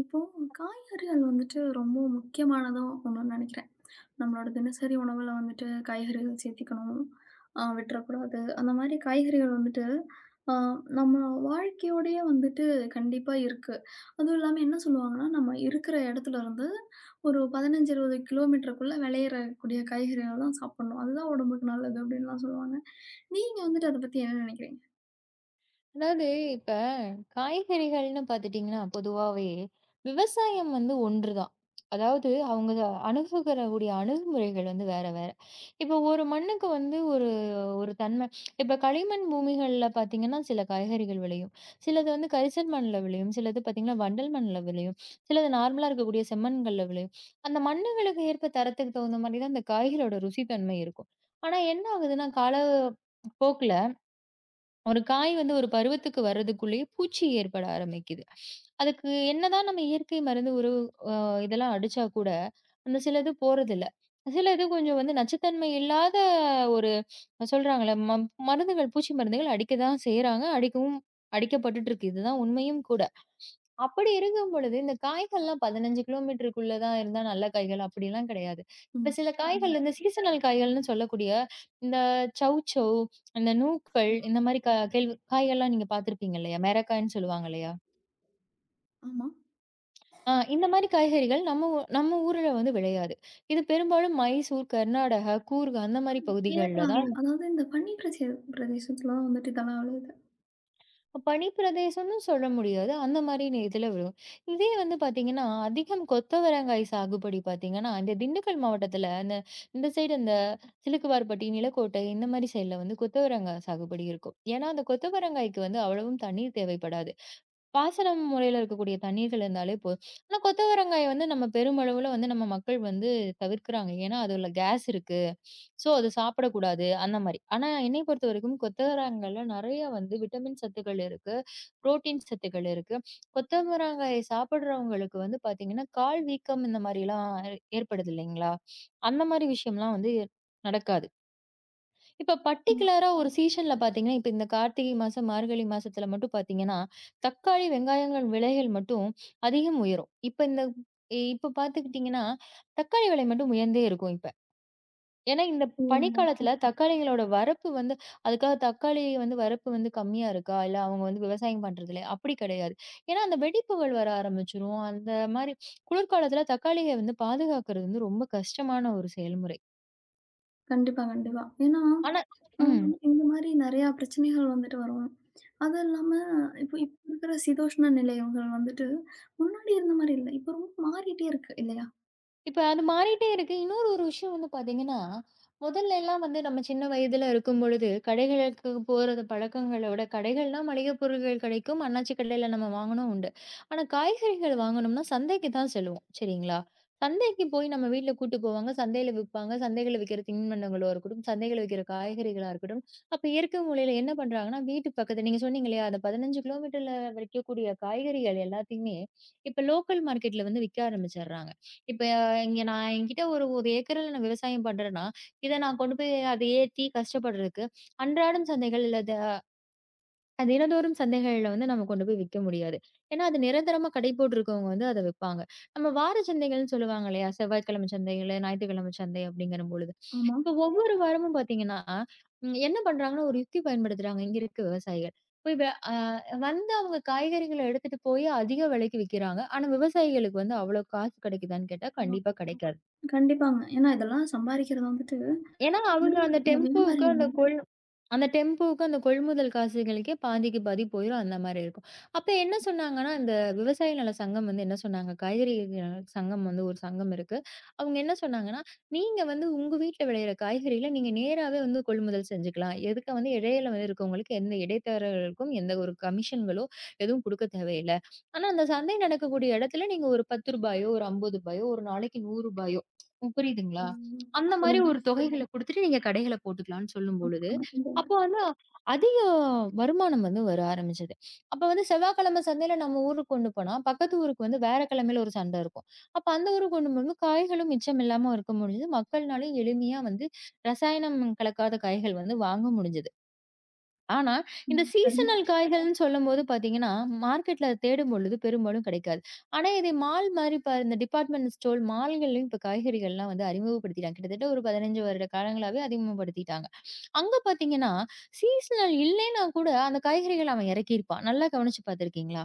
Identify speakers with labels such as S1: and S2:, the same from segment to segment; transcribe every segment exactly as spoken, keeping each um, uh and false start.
S1: இப்போ காய்கறிகள் வந்துட்டு ரொம்ப முக்கியமானதும் ஒண்ணுன்னு நினைக்கிறேன். நம்மளோட தினசரி உணவுல வந்துட்டு காய்கறிகள் சேர்த்திக்கணும். அ விட்டுறக்கூடாது. அந்த மாரி காய்கறிகள் வந்துட்டு அ நம்ம வாழ்க்கையோடயே வந்துட்டு கண்டிப்பா இருக்கு. அதுவும் இல்லாம என்ன சொல்லுவாங்கன்னா, நம்ம இருக்கிற இடத்துல இருந்து ஒரு பதினைந்து, இருபது கிலோமீட்டருக்குள்ள விளையறக்கூடிய காய்கறிகள் தான் சாப்பிடணும். அதுதான் உடம்புக்கு நல்லது அப்டின்லாம் சொல்லுவாங்க. நீங்க வந்துட்டு அத பத்தி என்ன நினைக்கிறீங்க?
S2: அதாவது இப்ப காய்கறிகள்னு பார்த்துட்டீங்கன்னா, பொதுவாவே விவசாயம் வந்து ஒன்றுதான். அதாவது அவங்க அணுகுகிறக்கூடிய அணுகுமுறைகள் வந்து வேற வேற. இப்ப ஒரு மண்ணுக்கு வந்து ஒரு ஒரு தன்மை. இப்ப களிமண் பூமிகள்ல பார்த்தீங்கன்னா, சில காய்கறிகள் விளையும். சிலது வந்து கரிசல் மண்ல விளையும். சிலது பார்த்தீங்கன்னா, வண்டல் மண்ல விளையும். சிலது நார்மலா இருக்கக்கூடிய செம்மண்கள்ல விளையும். அந்த மண்ணுகளுக்கு ஏற்ப தரத்துக்கு தகுந்த மாரி தான் அந்த காய்களோட ருசி தன்மை இருக்கும். ஆனா என்ன ஆகுதுன்னா, கால போக்குல ஒரு காய் வந்து ஒரு பருவத்துக்கு வர்றதுக்குள்ளேயே பூச்சி ஏற்பட ஆரம்பிக்குது. அதுக்கு என்னதான் நம்ம இயற்கை மருந்து, உரவு அ இதெல்லாம் அடிச்சா கூட, அந்த சிலது போறதில்ல. சிலது கொஞ்சம் வந்து நச்சுத்தன்மை இல்லாத ஒரு சொல்றாங்கல்ல, ம மருந்துகள் பூச்சி மருந்துகள் அடிக்க தான் செய்றாங்க. அடிக்கவும் அடிக்கப்பட்டுட்டு இருக்கு. இதுதான் உண்மையும் கூட. அப்படி இருக்கும் பொழுது, இந்த காய்கள்லாம் பதினைந்து கிலோமீட்டருக்குள்ள தான் இருந்தா நல்ல காய்கள் அப்படிலாம் கிடையாது. இப்ப
S1: ம்.
S2: சில காய்கள் இந்த சீசனல் காய்கள்னு சொல்லக்கூடிய இந்த சௌசௌ, அந்த நூக்கள் இந்த மாரி கா கேள்வி காய்கள்லாம் நீங்க பார்த்திருப்பீங்க இல்லையா? மெரக்காய்ன்னு சொல்லுவாங்க இல்லையா?
S1: ஆமா.
S2: ஆ, இந்த மாரி காய்கறிகள் நம்ம ஊ நம்ம ஊர்ல வந்து விளையாது. இது பெரும்பாலும் மைசூர், கர்நாடகா, கூர்க் அந்த மாரி பகுதிகள்ல
S1: கேரளால.
S2: தான்.
S1: அதாவது இந்த பனி பிரதே பிரதேசத்துல தான் வந்துட்டு இதெல்லாம் விளையுது.
S2: பனி பிரதேசம்னு சொல்ல முடியாது. அந்த மாரி நே இதுல விழும். இதே வந்து பார்த்தீங்கன்னா, அதிகம் கொத்தவரங்காய் சாகுபடி பார்த்தீங்கன்னா, இந்த திண்டுக்கல் மாவட்டத்துல அந்த இந்த சைடு, இந்த சிலுக்குவார்பட்டி, நிலக்கோட்டை இந்த மாரி சைடுல வந்து கொத்தவரங்கா சாகுபடி இருக்கும். ஏன்னா, அந்த கொத்தவரங்காய்க்கு வந்து அவ்வளவும் தண்ணீர் தேவைப்படாது. பாசன முறையில இருக்கக்கூடிய தண்ணீர்கள் இருந்தாலே போதும். ஆனா கொத்தவரங்காய வந்து நம்ம பெருமளவுல வந்து நம்ம மக்கள் வந்து தவிர்க்கிறாங்க. ஏன்னா அதுல கேஸ் இருக்கு. ஸோ அது சாப்பிடக்கூடாது அந்த மாரி. ஆனா என்னைய பொறுத்தவரைக்கும் கொத்தவரங்காய்ல நெறைய வந்து விட்டமின் சத்துக்கள் இருக்கு. புரோட்டீன் சத்துக்கள் இருக்கு. கொத்தவரங்காய சாப்பிடுறவங்களுக்கு வந்து பார்த்தீங்கன்னா, கால் வீக்கம் இந்த மாரிலாம் ஏற்படுது இல்லைங்களா? அந்த மாரி விஷயம்லாம் வந்து நடக்காது. இப்ப
S1: ம்.
S2: பர்ட்டிகுலரா ஒரு சீசன்ல பார்த்தீங்கன்னா, இப்ப இந்த கார்த்திகை மாசம், மார்கழி மாசத்துல மட்டும் பார்த்தீங்கன்னா, தக்காளி, வெங்காயங்கள் விலைகள் மட்டும் அதிகம் உயரும். இப்ப இந்த இ- இப்ப பார்த்துக்கிட்டீங்கன்னா, தக்காளி விலை மட்டும் உயர்ந்தே இருக்கும் இப்ப. ஏன்னா இந்த
S1: ஓஹோ!
S2: பனிக்காலத்துல தக்காளிகளோட வரப்பு வந்து அதுக்காக தக்காளி வந்து வரப்பு வந்து கம்மியா இருக்கா? இல்ல அவங்க வந்து விவசாயம் பண்றது இல்லையா? அப்படி கிடையாது. ஏன்னா அந்த வெடிப்புகள் வர ஆரம்பிச்சுரும். அந்த மாரி குளிர்காலத்துல தக்காளிய வந்து பாதுகாக்கிறது வந்து ரொம்ப கஷ்டமான ஒரு செயல்முறை.
S1: கண்டிப்பா, கண்டிப்பா. ஏன்னா,
S2: ஆனா
S1: அ
S2: ம்.
S1: இந்த மாரி நெறையா பிரச்சனைகள் வந்துட்டு வரும். அது இல்லாம இப்போ இப்ப இருக்கிற சீதோஷ்ண நிலையங்கள் வந்துட்டு, முன்னாடி இருந்த மாரி இல்ல. இப்போ ரொம்ப மாறிட்டே இருக்கு இல்லையா?
S2: இப்ப அது மாறிட்டே இருக்கு. இன்னொரு ஒரு விஷயம் வந்து பார்த்தீங்கன்னா, முதல்ல எல்லாம் வந்து நம்ம சின்ன வயதில இருக்கும்பொழுது, கடைகளுக்கு போறது பழக்கங்கள விட, கடைகள்னா மளிகை பொருள்கள் கிடைக்கும். அண்ணாச்சி கடையில நம்ம வாங்கணும் உண்டு. ஆனா காய்கறிகள் வாங்கணும்னா சந்தைக்கு தான் செல்லுவோம். சரிங்களா? சந்தைக்கு போய் நம்ம வீட்ல கூட்டு போவாங்க. சந்தையில விப்பாங்க. சந்தைகள்ல விக்கிற தின்பண்டங்களோ இருக்கட்டும், சந்தைகள்ல விக்கிற காய்கறிகளா இருக்கட்டும். அப்ப இயற்கை முறையில என்ன பண்றாங்கன்னா, வீட்டு பக்கத்து நீங்க சொன்னீங்க இல்லையா? அந்த பதினைந்து கிலோமீட்டர்ல விக்கக்கூடிய காய்கறிகள் எல்லாத்தையுமே, இப்ப லோக்கல் மார்க்கெட்ல வந்து விக்க ஆரம்பிச்சர்றாங்க. இப்ப இங்க நான் என்கிட்ட ஒரு ஒரு ஏக்கர்ல நான் விவசாயம் பண்றேன்னா, இத நான் கொண்டு போய் அத ஏத்தி கஷ்டப்படுறதுக்கு, அன்றாடம் சந்தைகள் இல்ல த தினந்தோறும் சந்தைகள்ல வந்து நம்ம கொண்டு போய் விக்க முடியாது. ஏன்னா, அது நிரந்தரமா கடை போட்டிருக்கவங்க வந்து அத விப்பாங்க. நம்ம வார சந்தைகள்ன்னு சொல்லுவாங்க இல்லையா? செவ்வாய்க்கிழமை சந்தைகளு, ஞாயிற்றுக்கிழமை சந்தை அப்படிங்கிற பொழுது.
S1: ஆமா.
S2: இப்ப ஒவ்வொரு வாரமும் பார்த்தீங்கன்னா, ம் என்ன பண்றாங்கன்னா, ஒரு யுக்தி பயன்படுத்துறாங்க இங்க இருக்க விவசாயிகள். போய் வ அ வந்து அவங்க காய்கறிகள எடுத்துட்டு போய் அதிக விலைக்கு விக்கிறாங்க. ஆனா, விவசாயிகளுக்கு வந்து அவ்வளோ காசு கிடைக்குதான்னு கேட்டா,
S1: ஆ.
S2: கண்டிப்பா கிடைக்காது.
S1: கண்டிப்பாங்க. ஏன்னா இதெல்லாம் சம்பாரிக்கிறது வந்துட்டு
S2: ஏன்னா, அவங்க அந்த
S1: நடுவருக்கிற
S2: டெம்போவுக்கு
S1: வியாபாரிகள்
S2: அந்த
S1: தான்.
S2: கொள் அந்த டெம்போவுக்கு, அந்த கொள்முதல் காசுகளுக்கே பாதிக்கு பாதி போயிரும். அந்த மாரி இருக்கும். அப்ப என்ன சொன்னாங்கன்னா, இந்த விவசாய நல சங்கம் வந்து என்ன சொன்னாங்க, காய்கறி நல சங்கம் வந்து ஒரு சங்கம் இருக்கு. அவங்க என்ன சொன்னாங்கன்னா, "நீங்க வந்து உங்க வீட்ல விளையிற காய்கறிகள நீங்க நேராவே வந்து கொள்முதல் செஞ்சுக்கலாம். எதுக்க வந்து இடையில வந்து இருக்கவங்களுக்கு எந்த இடைத்தரகர்களுக்கும் எந்த ஒரு கமிஷன்களோ எதுவும் குடுக்க தேவையில்ல. ஆனா, அந்த சந்தை நடக்கக்கூடிய இடத்துல நீங்க ஒரு ரூ. பத்து, ஒரு ரூ. ஐம்பது, ஒரு நாளைக்கு ரூ. நூறு, புரியுதுங்களா?
S1: ம்.
S2: அந்த மாரி
S1: புரியுது.
S2: ஒரு தொகைகள குடுத்துட்டு நீங்க கடைகள போட்டுக்கலாம்ன்னு" சொல்லும்பொழுது, அப்போ ஆனா, அதிக வருமானம் வந்து வர ஆரம்பிச்சது. அப்ப வந்து செவ்வாய்க்கிழமை சந்தையில நம்ம ஊருக்கு கொண்டு போனா, பக்கத்து ஊருக்கு வந்து வேற கிழமையில ஒரு சந்தை இருக்கும். அப்ப அந்த ஊருக்கு கொண்டு போகும்போது காய்களும் மிச்சம் இல்லாம இருக்க முடிஞ்சது. மக்கள்னாலயும் எளிமையா வந்து ரசாயனம் கலக்காத காய்கள் வந்து வாங்க முடிஞ்சது. ஆனா, இந்த
S1: ம். சரி.
S2: சீசனல் காய்கள்ன்னு சொல்லும்போது பார்த்தீங்கன்னா, மார்க்கெட்ல அத தேடும் பொழுது பெரும்பாலும் கிடைக்காது. ஆனா, இதை மால் மாரி இப்ப இந்த டிபார்ட்மெண்ட் ஸ்டோர் மால்கள்லயும் இப்ப காய்கறிகள்லாம் வந்து அறிமுகப்படுத்திட்டாங்க. கிட்டத்தட்ட ஒரு பதினைந்து வருட காலங்களாவே அறிமுகப்படுத்திட்டாங்க. அங்க பார்த்தீங்கன்னா, சீசனல் இல்லைன்னா கூட அந்த காய்கறிகள் அவன் இறக்கியிருப்பான். நல்லா கவனிச்சு பார்த்துருக்கீங்களா?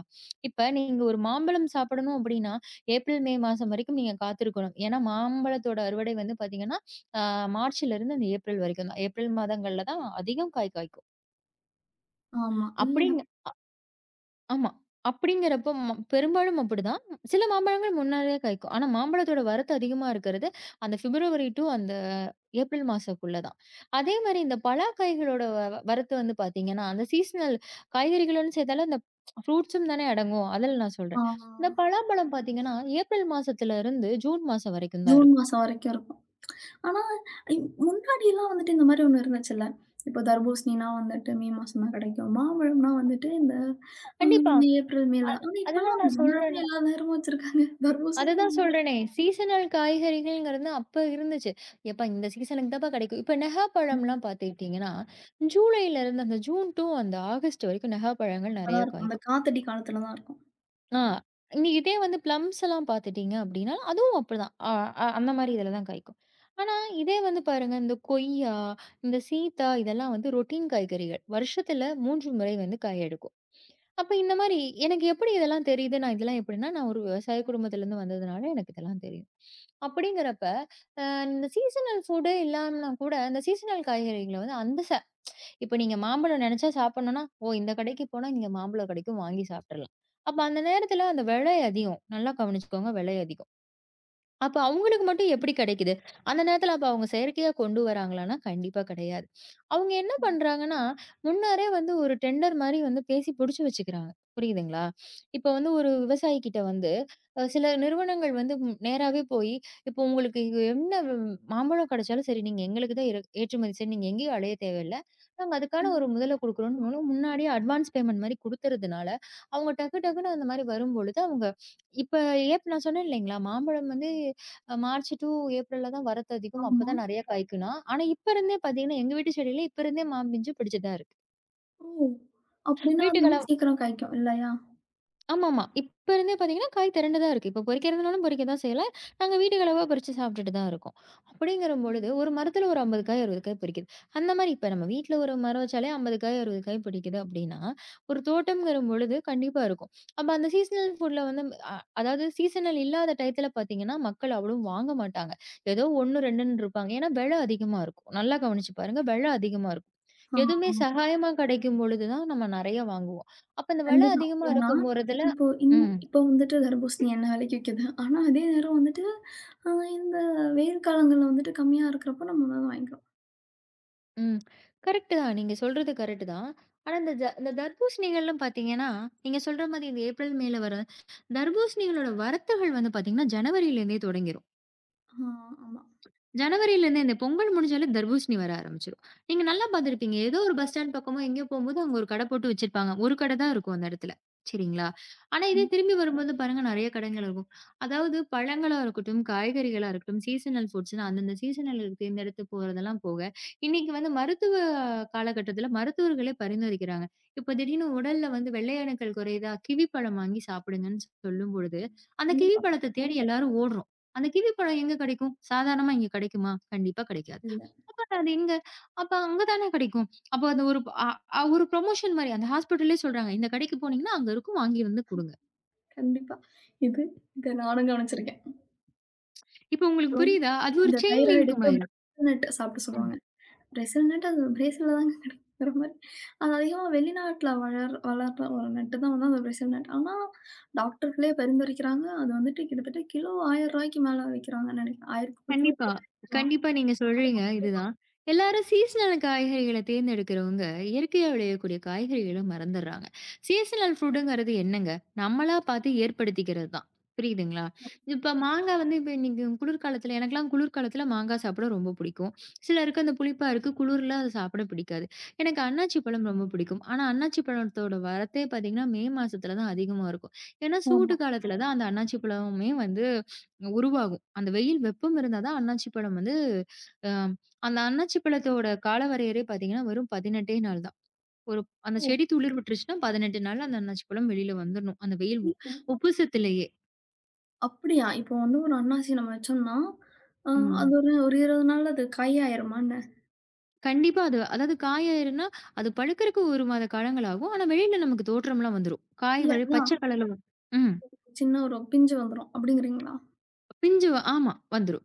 S2: இப்ப நீங்க ஒரு மாம்பழம் சாப்பிடணும் அப்படின்னா, ஏப்ரல், மே மாசம் வரைக்கும் நீங்க காத்திருக்கணும். ஏன்னா, மாம்பழத்தோட அறுவடை வந்து பார்த்தீங்கன்னா, ஆ மார்ச்லருந்து அந்த ஏப்ரல் வரைக்கும் தான். ஏப்ரல் மாதங்கள்ல தான் அதிகம் காய் காய்க்கும்.
S1: ஆமா. இல்ல.
S2: அப்படிங்க. ஆமா. அப்படிங்கிறப்போ ம பெரும்பாலும் அப்படிதான். சில மாம்பழங்கள் முன்னாடியே காய்க்கும். ஆனா மாம்பழத்தோட வரத்து அதிகமா இருக்கிறது, அந்த பிப்ரவரி டூ அந்த ஏப்ரல் மாசக்குள்ள தான். அதே மாரி இந்த பலாக்காய்களோட வ வ- வரத்து வந்து பார்த்தீங்கன்னா, அந்த சீசனல் காய்கறிகளோடு சேர்த்தாலும் அந்த ஃப்ரூட்ஸும் தானே அடங்கும். அதில நான்
S1: ஆ.
S2: சொல்றேன். இந்த பலாப்பழம் பார்த்தீங்கன்னா, ஏப்ரல் மாசத்துல இருந்து ஜூன் மாசம் வரைக்கும் தான்
S1: ஜூன்
S2: இருக்கும்.
S1: மாசம் வரைக்கும் இருக்கும். ஆனா, இப் முன்னாடிலாம் வந்துட்டு இந்த மாரி ஒண்ணு இருந்துச்சுல்ல. இப்போ தர்பூசணினா வந்துட்டு மே மாசம் தான் கிடைக்கும். மாம்பழம்னா வந்துட்டு இந்த அ
S2: கண்டிப்பா.
S1: இந்த ஏப்ரல், மேல தான். ஆனா
S2: அதுதான்
S1: இப்பலாம்
S2: நான்
S1: மாம்பழமே
S2: சொல்றேனே.
S1: எல்லா நேரமும் வச்சிருக்காங்க. தர்பூசணியும்
S2: அதுதான்
S1: எல்லா நேரமும்
S2: சொல்றேனே. சீசனல் காய்கறிகள்ங்கிறது அப்ப இருந்துச்சு. "எப்பா இந்த சீசனுக்கு தான்ப்பா கிடைக்கும்." இப்ப நெகாப்பழம்லாம் பார்த்துக்கிட்டீங்கன்னா, ஜூலைல இருந்து அந்த ஜூன் டூ அந்த ஆகஸ்ட் வரைக்கும் நெகாப்பழங்கள்
S1: இப்ப
S2: நெறைய
S1: தான் இருக்கும். அந்த
S2: காய்க்கும்.
S1: காத்தடி காலத்துல தான் இருக்கும்.
S2: ஆ. நீ இதே வந்து பிளம்ஸ் எல்லாம் பார்த்துட்டீங்க அப்டின்னா, அதுவும் அப்படிதான். அ அ அந்த மாரி இதில தான் காய்க்கும். ஆனா, இதே வந்து பாருங்க, இந்த கொய்யா, இந்த சீத்தா இதெல்லாம் வந்து ரொட்டீன் காய்கறிகள். வருஷத்துல மூன்று முறை வந்து காய் எடுக்கும். அப்ப இந்த மாரி எனக்கு எப்படி இதெல்லாம் தெரியுது? நான் இதெல்லாம் எப்படின்னா, நான் ஒரு விவசாய குடும்பத்திலேருந்து வந்ததுனால எனக்கு இதெல்லாம் தெரியும். அப்படிங்கிறப்ப, அ இந்த சீசனல் ஃபுட்டே இல்லாமனா கூட, இந்த சீசனல் காய்கறிகள வந்து அந்த ச இப்ப நீங்க மாம்பழம் நெனச்சா சாப்பிடணும்னா, ஓ! இந்த கடைக்கு போனா, இங்க மாம்பழம் கெடைக்கும் வாங்கி சாப்ட்டுறலாம். அப்ப அந்த நேரத்துல அந்த விலை அதிகம். நல்லா கவனிச்சுக்கோங்க விலை அதிகம். அப்ப அவங்களுக்கு மட்டும் எப்படி கிடைக்குது? அந்த நேரத்துல அப்ப அவங்க செயற்கையா கொண்டு வராங்களான்னா, கண்டிப்பா கிடையாது. அவங்க என்ன பண்றாங்கன்னா, முன்னரே வந்து ஒரு டெண்டர் மாரி வந்து பேசி புடிச்சு வச்சுக்கிறாங்க. புரியுதுங்களா? இப்ப வந்து ஒரு விவசாயி கிட்ட வந்து அ சில நிறுவனங்கள் வந்து ம் நேராவே போயி, இப்போ உங்களுக்கு இது என்ன வ் மாம்பழம் கிடைச்சாலும் சரி, நீங்க எங்களுக்கு தான் இற ஏற்றுமதி செய்யணும். நீங்க எங்கேயும் அலைய தேவையில்ல. நாங்க அதுக்கான ஒரு முதல குடுக்குறோம்ன்னு முன்ன முன்னாடியே அட்வான்ஸ் பேமெண்ட் மாரி குடுத்துறதுனால, அவங்க டக்கு டக்குன்னு அந்த மாரி வரும்பொழுது, அவங்க இப்ப ஏப் நான் சொன்னேன் இல்லைங்களா? மாம்பழம் வந்து அ மார்ச் டூ ஏப்ரல்ல தான் வரத்து அதிகம்.
S1: ஆமா.
S2: அப்பதான் நெறைய காய்க்குனாம். ஆனா இப்ப இருந்தே பார்த்தீங்கன்னா, எங்க வீட்டு செடியில இப்ப இருந்தே மான் பிஞ்சு பிடிச்சு தான் இருக்கு.
S1: ஓ! அப்படின்னா அது
S2: வீட்டுகள
S1: வந்து சீக்கிரம் காய்க்கும் இல்லையா?
S2: ஆமாமா. இப்ப இருந்தே பார்த்தீங்கன்னா, காய் திரண்டு தான் இருக்கு. இப்ப பொறிக்கிறதுனாலும் பொறிக்க தான் செய்யலாம். நாங்க வீட்டுக்கு அளவா பறிச்சு சாப்பிட்டுட்டு தான் இருக்கோம். அப்படிங்கிற பொழுது,
S1: ம்.
S2: ஒரு மரத்துல ஒரு ஐம்பது காய், அறுபது காய் பொறிக்குது. அந்த மாரி இப்ப நம்ம வீட்ல ஒரு மரம் வச்சாலே ஐம்பது காய், அறுபது காய் பிடிக்குது அப்படின்னா, ஒரு தோட்டம்ங்கிற பொழுது கண்டிப்பா இருக்கும். அப்ப அந்த சீசனல் ஃபுட்ல வந்து அ அதாவது சீசனல் இல்லாத டயத்துல பார்த்தீங்கன்னா, மக்கள் அவ்வளவும் வாங்க மாட்டாங்க. ஏதோ ஒன்று, 2ன்னு இருப்பாங்க. ஏன்னா விலை அதிகமா இருக்கும். நல்லா கவனிச்சு பாருங்க. விலை அதிகமா இருக்கும்.
S1: ஆ
S2: எதுவுமே சகாயமா கிடைக்கும் பொழுது தான் நம்ம நெறைய வாங்குவோம். அப்ப இந்த விலை
S1: கண்டிப்பா.
S2: அதிகமா
S1: ஏன்னா,
S2: இருக்கும் ஆமாங்க. ஒரு இதுல
S1: இப்போ இந்
S2: ம்,
S1: இப்போ வந்துட்டு தர்பூசணி என்ன விலைக்கு விக்குது. ஆனா அதே நேரம் வந்துட்டு அ இந்த வெயில் காலங்கள்ல வந்துட்டு கம்மியா இருக்கிறப்போ நம்ம வந்து அதை வாங்கிக்கிறோம்.
S2: ம். கரெக்ட் தான். நீங்க சொல்றது கரெக்ட் தான். ஆனா இந்த ஜ இந்த தர்பூசணிகள்லாம் பாத்தீங்கன்னா, நீங்க சொல்ற மாரி இந்த ஏப்ரல், மேல வர தர்பூசணிகளோட வரத்துகள் வந்து பாத்தீங்கன்னா, ஜனவரியிலேருந்தே தொடங்கிரும்.
S1: ஆ ஆமா.
S2: ஜனவரிலேருந்தே இந்த பொங்கல் முடிஞ்சாலே தர்பூசணி வர ஆரம்பிச்சுரும். நீங்க நல்லா பார்த்துருப்பீங்க. ஏதோ ஒரு பஸ் ஸ்டாண்ட் பக்கமோ எங்கேயோ போம்போது அங்க ஒரு கடை போட்டு வச்சிருப்பாங்க. ஒரு கடை தான் இருக்கும் அந்த இடத்துல. சரிங்களா? ஆனா இதே திரும்பி வரும்போது பாருங்க நெறைய கடைகள் இருக்கும். அதாவது பழங்களா இருக்கட்டும், காய்கறிகளா இருக்கட்டும், சீசனல் ஃபுட்ஸ்ன்னா அந்தந்த சீசனலுக்கு தேர்ந்தெடுத்து போறதெல்லாம் போக, இன்னைக்கு வந்து மருத்துவ காலகட்டத்துல மருத்துவர்களே பரிந்துரைக்கிறாங்க. இப்ப திடீர்னு உடல்ல வந்து வெள்ளை அணுக்கள் குறையுதா, கிவி பழம் வாங்கி சாப்பிடுங்கன்னு சொல்லும்பொழுது, அந்த கிவி
S1: கண்டிப்பா.
S2: பழத்த தேடி எல்லாரும் ஓடுறோம். அந்த கிவி பழம் எங்க கிடைக்கும்? சாதாரணமா இங்க கிடைக்குமா? கண்டிப்பா கிடைக்காது.
S1: இல்ல.
S2: அப்ப அது எங்க? அப்ப அங்க தானே கிடைக்கும். அப்ப அது ஒரு அ அ ஒரு ப்ரமோஷன் மாரி அந்த ஹாஸ்பிட்டல்லயே சொல்றாங்க. இந்த கடைக்கு போனீங்கன்னா, அங்க இருக்கும். வாங்கி வந்து குடுங்க.
S1: கண்டிப்பா. இது இத நானும் கவனிச்சிருக்கேன்.
S2: இப்ப உங்களுக்கு
S1: அப்புறம்
S2: புரியுதா? அது ஒரு
S1: இந்த
S2: செயின் லிங்க்
S1: தைராய்டுக்கு
S2: மாரி.
S1: பிரேசில் நட் சாப்பிட சொல்லுவாங்க. பிரேசில் நட் அது பிரேசில்ல தாங்க கிடைக்குங்கிற மாரி. அது அதிகமா வெளிநாட்ல வளர் வளர்ற ஒரு நட்டு தான் வந்து அந்த பிரேசில் நட். ஆனா டாக்டர்களே பரிந்துரைக்கிறாங்க. அது வந்துட்டு கிட்டத்தட்ட கிலோ ஆயிரம் ரூபாய்க்கு மேல விக்கிறாங்கன்னு நினைக்கிறேன். ஆயிரம் ரூபாய்க்கு கிலோ
S2: கண்டிப்பா.
S1: ஆ,
S2: கண்டிப்பா நீங்க சொல்றீங்க இதுதான். எல்லாரும் சீசனல் காய்கறிகள தேர்ந்தெடுக்கிறவங்க, இயற்கையா விளையக்கூடிய காய்கறிகள மறந்துர்றாங்க. சீசனல் ஃப்ரூட்டுங்கிறது என்னங்க? நம்மளா பார்த்து ஏற்படுத்திக்கிறது தான். புரியுதுங்களா? இப்ப மாங்கா வந்து இப்ப இன்னைக்கு குளிர்காலத்துல எனக்கெல்லாம் குளிர்காலத்துல மாங்கா சாப்பிட ரொம்ப பிடிக்கும். சிலருக்கு அந்த புளிப்பா இருக்கு, குளிர்ல அது சாப்பிட பிடிக்காது. எனக்கு அன்னாச்சி பழம் ரொம்ப பிடிக்கும். ஆனா அன்னாச்சி பழத்தோட வரத்தே பார்த்தீங்கன்னா, மே மாசத்துல தான் அதிகமா இருக்கும். ஏன்னா சூட்டு
S1: ஆமா.
S2: காலத்துல தான் அந்த அன்னாச்சி பழமுமே வந்து உருவாகும். அந்த வெயில் வெப்பம் இருந்தா தான் அண்ணாச்சி பழம் வந்து அ அந்த அண்ணாச்சி பழத்தோட கால வரையறை பார்த்தீங்கன்னா, வெறும் பதினெட்டு நாள் தான். ஒரு அந்த
S1: ஓ!
S2: செடி துளிர் விட்டுருச்சுன்னா, பதினெட்டு நாள்ல அந்த அண்ணாச்சி பழம் வெளியில வந்துரணும். அந்த வெயில் உ
S1: இல்ல.
S2: உப்புசத்திலேயே.
S1: அப்படியா? இப்போ வந்து ஒரு அன்னாசி நம்ம வச்சோம்னா, அ அது
S2: ம்.
S1: ஒரு ஒரு இருபது நாள்ல அது காய் ஆயிருமா என்ன?
S2: கண்டிப்பா அது அதாவது காயாயிருன்னா, அது பழுக்கறக்கு ஒரு மாத காலங்கள் ஆகும். ஆனா வெளியில நமக்கு தோற்றம்லாம் வந்துரும். காய்
S1: இல்ல
S2: வழி
S1: அதான்
S2: பச்சை கலர்ல வரும். ம்.
S1: சின்ன ஒரு பிஞ்சு வந்துரும் அப்படிங்கிறீங்களா?
S2: பிஞ்சு வ- ஆமா வந்துரும்.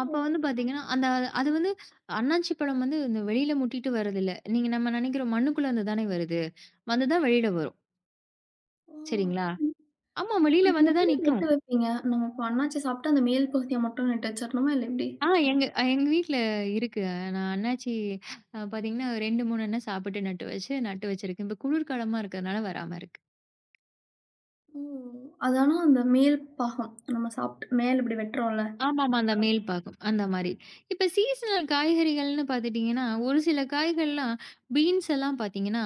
S2: அப்ப வந்து பார்த்தீங்கன்னா, அந்த அது வந்து அண்ணாச்சி பழம் வந்து இந்த வெளியில முட்டிட்டு வரதில்ல. நீங்க நம்ம நினைக்கிறோம் மண்ணுக்குள்ள இருந்து தானே வருது. வந்து தான் வெளியில வரும்.
S1: ஓ!
S2: சரிங்களா? ஆமா. வெளியில
S1: அது
S2: வந்து தான்
S1: எப்படி
S2: நிக்கும்.
S1: நெட்டு வைப்பீங்க? நம்ம இப்ப அண்ணாச்சி சாப்பிட்டு அந்த மேல் பகுதிய மட்டும் நெட்டு வச்சிரணுமா? இல்ல எப்படி?
S2: ஆ எங்க அ, எங்க வீட்ல இருக்கு. நான் அண்ணாச்சி அ பார்த்தீங்கன்னா ரெண்டு, மூணு அண்ண சாப்பிட்டு நட்டு வச்சு நட்டு வச்சிருக்கு. இப்ப குளிர்காலமா இருக்கிறதுனால வராம இருக்கு.
S1: ஓ! அது ஆனா அந்த மேல் பாகம். நம்ம சாப்பிட்டு மேல இப்படி வெட்டுறோம்ல.
S2: ஆமாமா. அந்த மேல் பாகம். அந்த மாரி. இப்ப சீசனல் காய்கறிகள்னு பார்த்துட்டீங்கன்னா, ஒரு சில காய்கள்லாம் பீன்ஸ் எல்லாம் பார்த்தீங்கன்னா,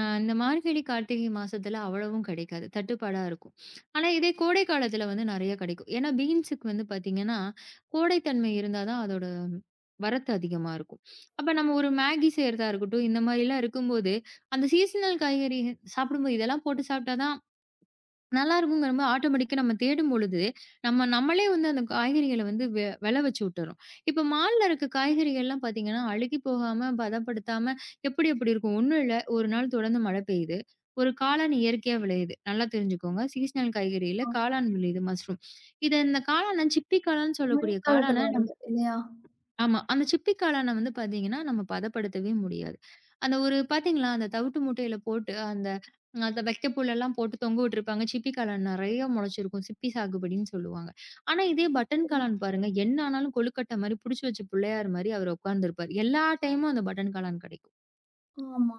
S2: அ இந்த மார்கழி, கார்த்திகை மாசத்துல அவ்வளவும் கிடைக்காது. தட்டுப்பாடா இருக்கும். ஆனா இதே கோடை காலத்துல வந்து நெறைய கிடைக்கும். ஏன்னா பீன்ஸுக்கு வந்து பார்த்தீங்கன்னா, கோடைத்தன்மை இருந்தா தான் அதோட வரத்து அதிகமா இருக்கும். அப்ப நம்ம ஒரு மேகி செய்றதா இருக்கட்டும், இந்த மாரிலாம் இருக்கும்போது, அந்த சீசனல் காய்கறி சாப்பிடும்போது இதெல்லாம் போட்டு சாப்பிட்டா தான் நல்லா இருக்குங்கிறபோது ஆட்டோமேட்டிக்கா நம்ம தேடும் பொழுது, நம்ம நம்மளே வந்து அந்த காய்கறிகள வந்து வெ வெல வச்சு விட்டுர்றோம். இப்ப மால்ல இருக்க காய்கறிகள்லாம் பார்த்தீங்கன்னா, அழுகி போகாம, பதப்படுத்தாம எப்படி எப்படி இருக்கும்? ஒண்ணும் இல்ல. ஒரு நாள் தொடர்ந்து மழை பெய்யுது. ஒரு காளான் இயற்கையா விளையுது. நல்லா தெரிஞ்சுக்கோங்க. சீசனல் காய்கறியில
S1: ஆமா.
S2: காளான் விளையுது மஷ்ரூம். இத இந்த காளான சிப்பி காளான்னு சொல்லக்கூடிய காளான.
S1: மழைக்காலத்துல வருது இல்லையா?
S2: ஆமா. அந்த சிப்பி காளான வந்து பார்த்தீங்கன்னா, நம்ம பதப்படுத்தவே முடியாது. அந்த ஒரு பார்த்தீங்களா, அந்த தவிட்டு மூட்டையில போட்டு அந்த ம், அந்த வைக்கப்புல்லலாம் போட்டு தொங்க விட்டுருப்பாங்க. சிப்பி காளான் நெறைய முளைச்சிருக்கும். சிப்பி சாகுபடின்னு சொல்லுவாங்க. ஆனா, இதே பட்டன் காளான் பாருங்க, என்ன ஆனாலும் கொழுக்கட்டை மாரி புடிச்சு வச்ச புள்ளையார் மாரி அவரு உட்கார்ந்திருப்பாரு. எல்லா டைமும் அந்த பட்டன் காளான் கெடைக்கும்.
S1: ஆமா.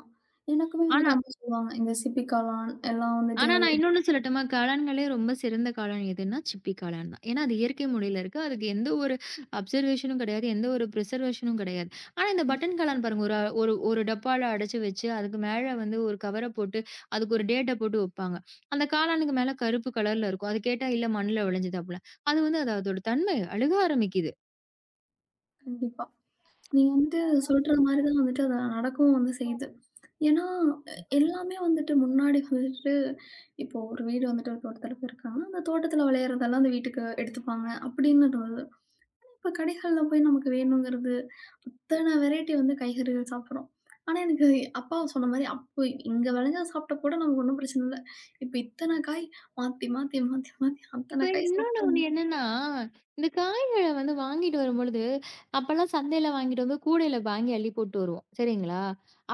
S1: எனக்குமே
S2: ஆனா
S1: வந்துட்டு அம்மா சொல்லுவாங்க. இந்த சிப்பி காளான் எல்லாம் வந்துட்டு
S2: ஆனா, நான் இன்னொன்னு சொல்லட்டுமா? காளான்களே ரொம்ப சிறந்த காளான் எதுன்னா, சிப்பி காளான் தான். ஏன்னா, அது இயற்கை முறையில இருக்கு. அதுக்கு எந்த ஒரு அப்சர்வேஷனும் கிடையாது. எந்த ஒரு பிரிசர்வேஷனும் கிடையாது. ஆனா, இந்த பட்டன் காளான் பாருங்க, ஒரு ஒரு ஒரு டப்பால அடைச்சு வச்சு, அதுக்கு மேல வந்து ஒரு கவர போட்டு, அதுக்கு ஒரு டேட்ட போட்டு வைப்பாங்க. அந்த காளானுக்கு மேல கருப்பு கலர்ல இருக்கும். அது கேட்டா, "இல்ல மண்ணுல விளைஞ்சது" அப்டிலாம். அது வந்து அது அதோட தன்மை அழுக ஆரம்பிக்குது.
S1: கண்டிப்பா. நீங்க வந்துட்டு சொல்ற மாரி தான் வந்துட்டு அது நடக்கவும் வந்து செய்யுது. ஏன்னா, எ எல்லாமே வந்துட்டு முன்னாடி வந்துட்டு இப்போ ஒரு வீடு வந்துட்டு ஒருத்தர் போயிருக்காங்கன்னா, அந்த தோட்டத்துல விளையறதெல்லாம் அந்த வீட்டுக்கு எடுத்துப்பாங்க அப்படின்னு இருந்தது. இப்ப கடைகள்ல போய் நமக்கு வேணுங்கிறது, இத்தன வெரைட்டி வந்து காய்கறிகள் சாப்பிடுறோம். ஆனா, எனக்கு அப்பா சொன்ன மாரி, அப்போ இங்க விளைஞ்சத சாப்பிட்டா கூட நமக்கு ஒண்ணும் பிரச்சனை இல்ல. இப்ப இத்தன காய் மாத்தி, மாத்தி, மாத்தி, மாத்தி
S2: இப்ப
S1: அத்தன காய்
S2: இன்னொன்னு
S1: சாப்பிட்டா
S2: ஒண்ணு என்னன்னா, இந்த காய்கள வந்து வாங்கிட்டு வரும்பொழுது, அப்பலாம் சந்தையில வாங்கிட்டு வந்து கூடையில வாங்கி அள்ளி போட்டு வருவோம். சரிங்களா?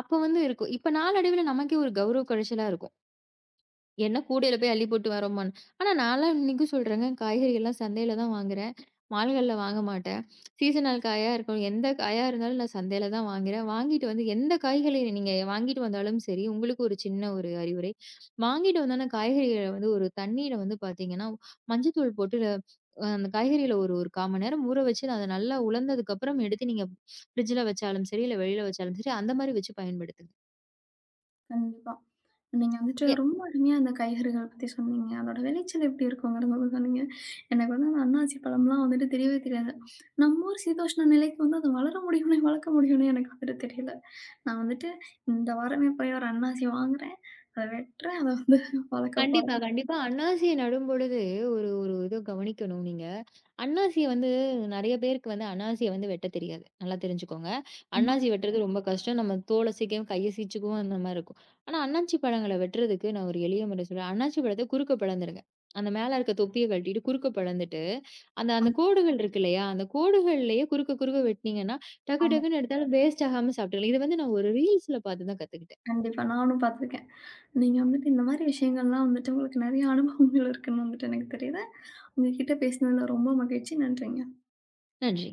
S2: அப்ப வந்து இருக்கும். இப்ப நாளடைவில நமக்கே ஒரு கௌரவ குறைச்சலா இருக்கும். என்ன கூடையில போய் அள்ளி போட்டு வரோமான்னு. ஆனா நான்லாம் இன்னைக்கும் சொல்றேங்க, காய்கறிகள்லாம் சந்தையில தான் வாங்குறேன். மால்கள்ல வாங்க மாட்டேன். சீசனல் காயா இருக்கும். எந்த காயா இருந்தாலும் நான் சந்தையில தான் வாங்குறேன். வாங்கிட்டு வந்து எந்த காய்களை நீங்க வாங்கிட்டு வந்தாலும் சரி, உங்களுக்கு ஒரு சின்ன ஒரு அறிவுரை. வாங்கிட்டு வந்தான காய்கறிகள வந்து ஒரு தண்ணீல வந்து பார்த்தீங்கன்னா, மஞ்சத்தூள் போட்டு அ அந்த காய்கறிகள ஒரு ஒரு கால் மணி நேரம் ஊற வச்சு அத நல்லா உலர்ந்ததுக்கப்புறம் எடுத்து நீங்க ஃப்ரிட்ஜ்ல வச்சாலும் சரி, இல்ல வெளியில வச்சாலும் சரி, அந்த மாரி வச்சு பயன்படுத்துங்க.
S1: கண்டிப்பா. நீங்க வந்துட்டு ரொம்ப அருமையா அந்த காய்கறிகள் பத்தி சொன்னீங்க. அதோட விளைச்சல் எப்படி இருக்குங்கிறத பத்தி சொன்னீங்க. எனக்கு வந்து அந்த அன்னாசி பழம்லாம் வந்துட்டு தெரியவே தெரியாது. நம்ம ஊர் சீதோஷ்ண நிலைக்கு வந்து அது வளர முடியும்னே, வளர்க்க முடியும்னே எனக்கு வந்துட்டு தெரியல. நான் வந்துட்டு இந்த வாரமே போய் ஒரு அன்னாசி வாங்குறேன். அத வெட்டுறேன். அத வந்து வளர்க்க
S2: கண்டிப்பா,
S1: போறேன்.
S2: கண்டிப்பா. அன்னாசிய நடும்பொழுது ஒரு ஒரு இத கவனிக்கணும் நீங்க. அன்னாசிய வந்து நெறைய பேருக்கு வந்து அன்னாசிய வந்து வெட்டத் தெரியாது. நல்லா தெரிஞ்சுக்கோங்க.
S1: ஆமா,
S2: அன்னாசி வெட்டுறது ரொம்ப கஷ்டம். நம்ம தோல சீக்கிரம் கைய சீச்சுக்குவோம் அந்த மாரி இருக்கும். ஆனா அன்னாசி பழங்கள வெட்டுறதுக்கு நான் ஒரு எளிய முறை சொல்றேன். அன்னாசி பழத்த குறுக்க பிளந்துருங்க. அந்த மேல இருக்க தொப்பிய கழட்டிட்டு குறுக்க பிளந்துட்டு, அந்த அந்த
S1: ஆமா,
S2: கோடுகள் இருக்கு இல்லையா? அந்த கோடுகள்லயே குறுக்க குறுக்க வெட்டுனீங்கன்னா, டக்கு
S1: ஆமா.
S2: டக்குன்னு எடுத்தாலும் வேஸ்ட் ஆகாம சாப்பிட்டுக்கலாம். இது வந்து நான் ஒரு ரீல்ஸ்ல பார்த்து தான் கத்துக்கிட்டேன்.
S1: கண்டிப்பா. நானும் பார்த்துருக்கேன். நீங்க வந்துட்டு இந்த மாரி விஷயங்கள்லாம் வந்துட்டு உங்களுக்கு நெறைய அனுபவங்கள் இருக்குன்னு வந்துட்டு எனக்கு தெரியுது. உங்க கிட்ட பேசினதுல ரொம்ப மகிழ்ச்சி. நன்றிங்க.
S2: நன்றி.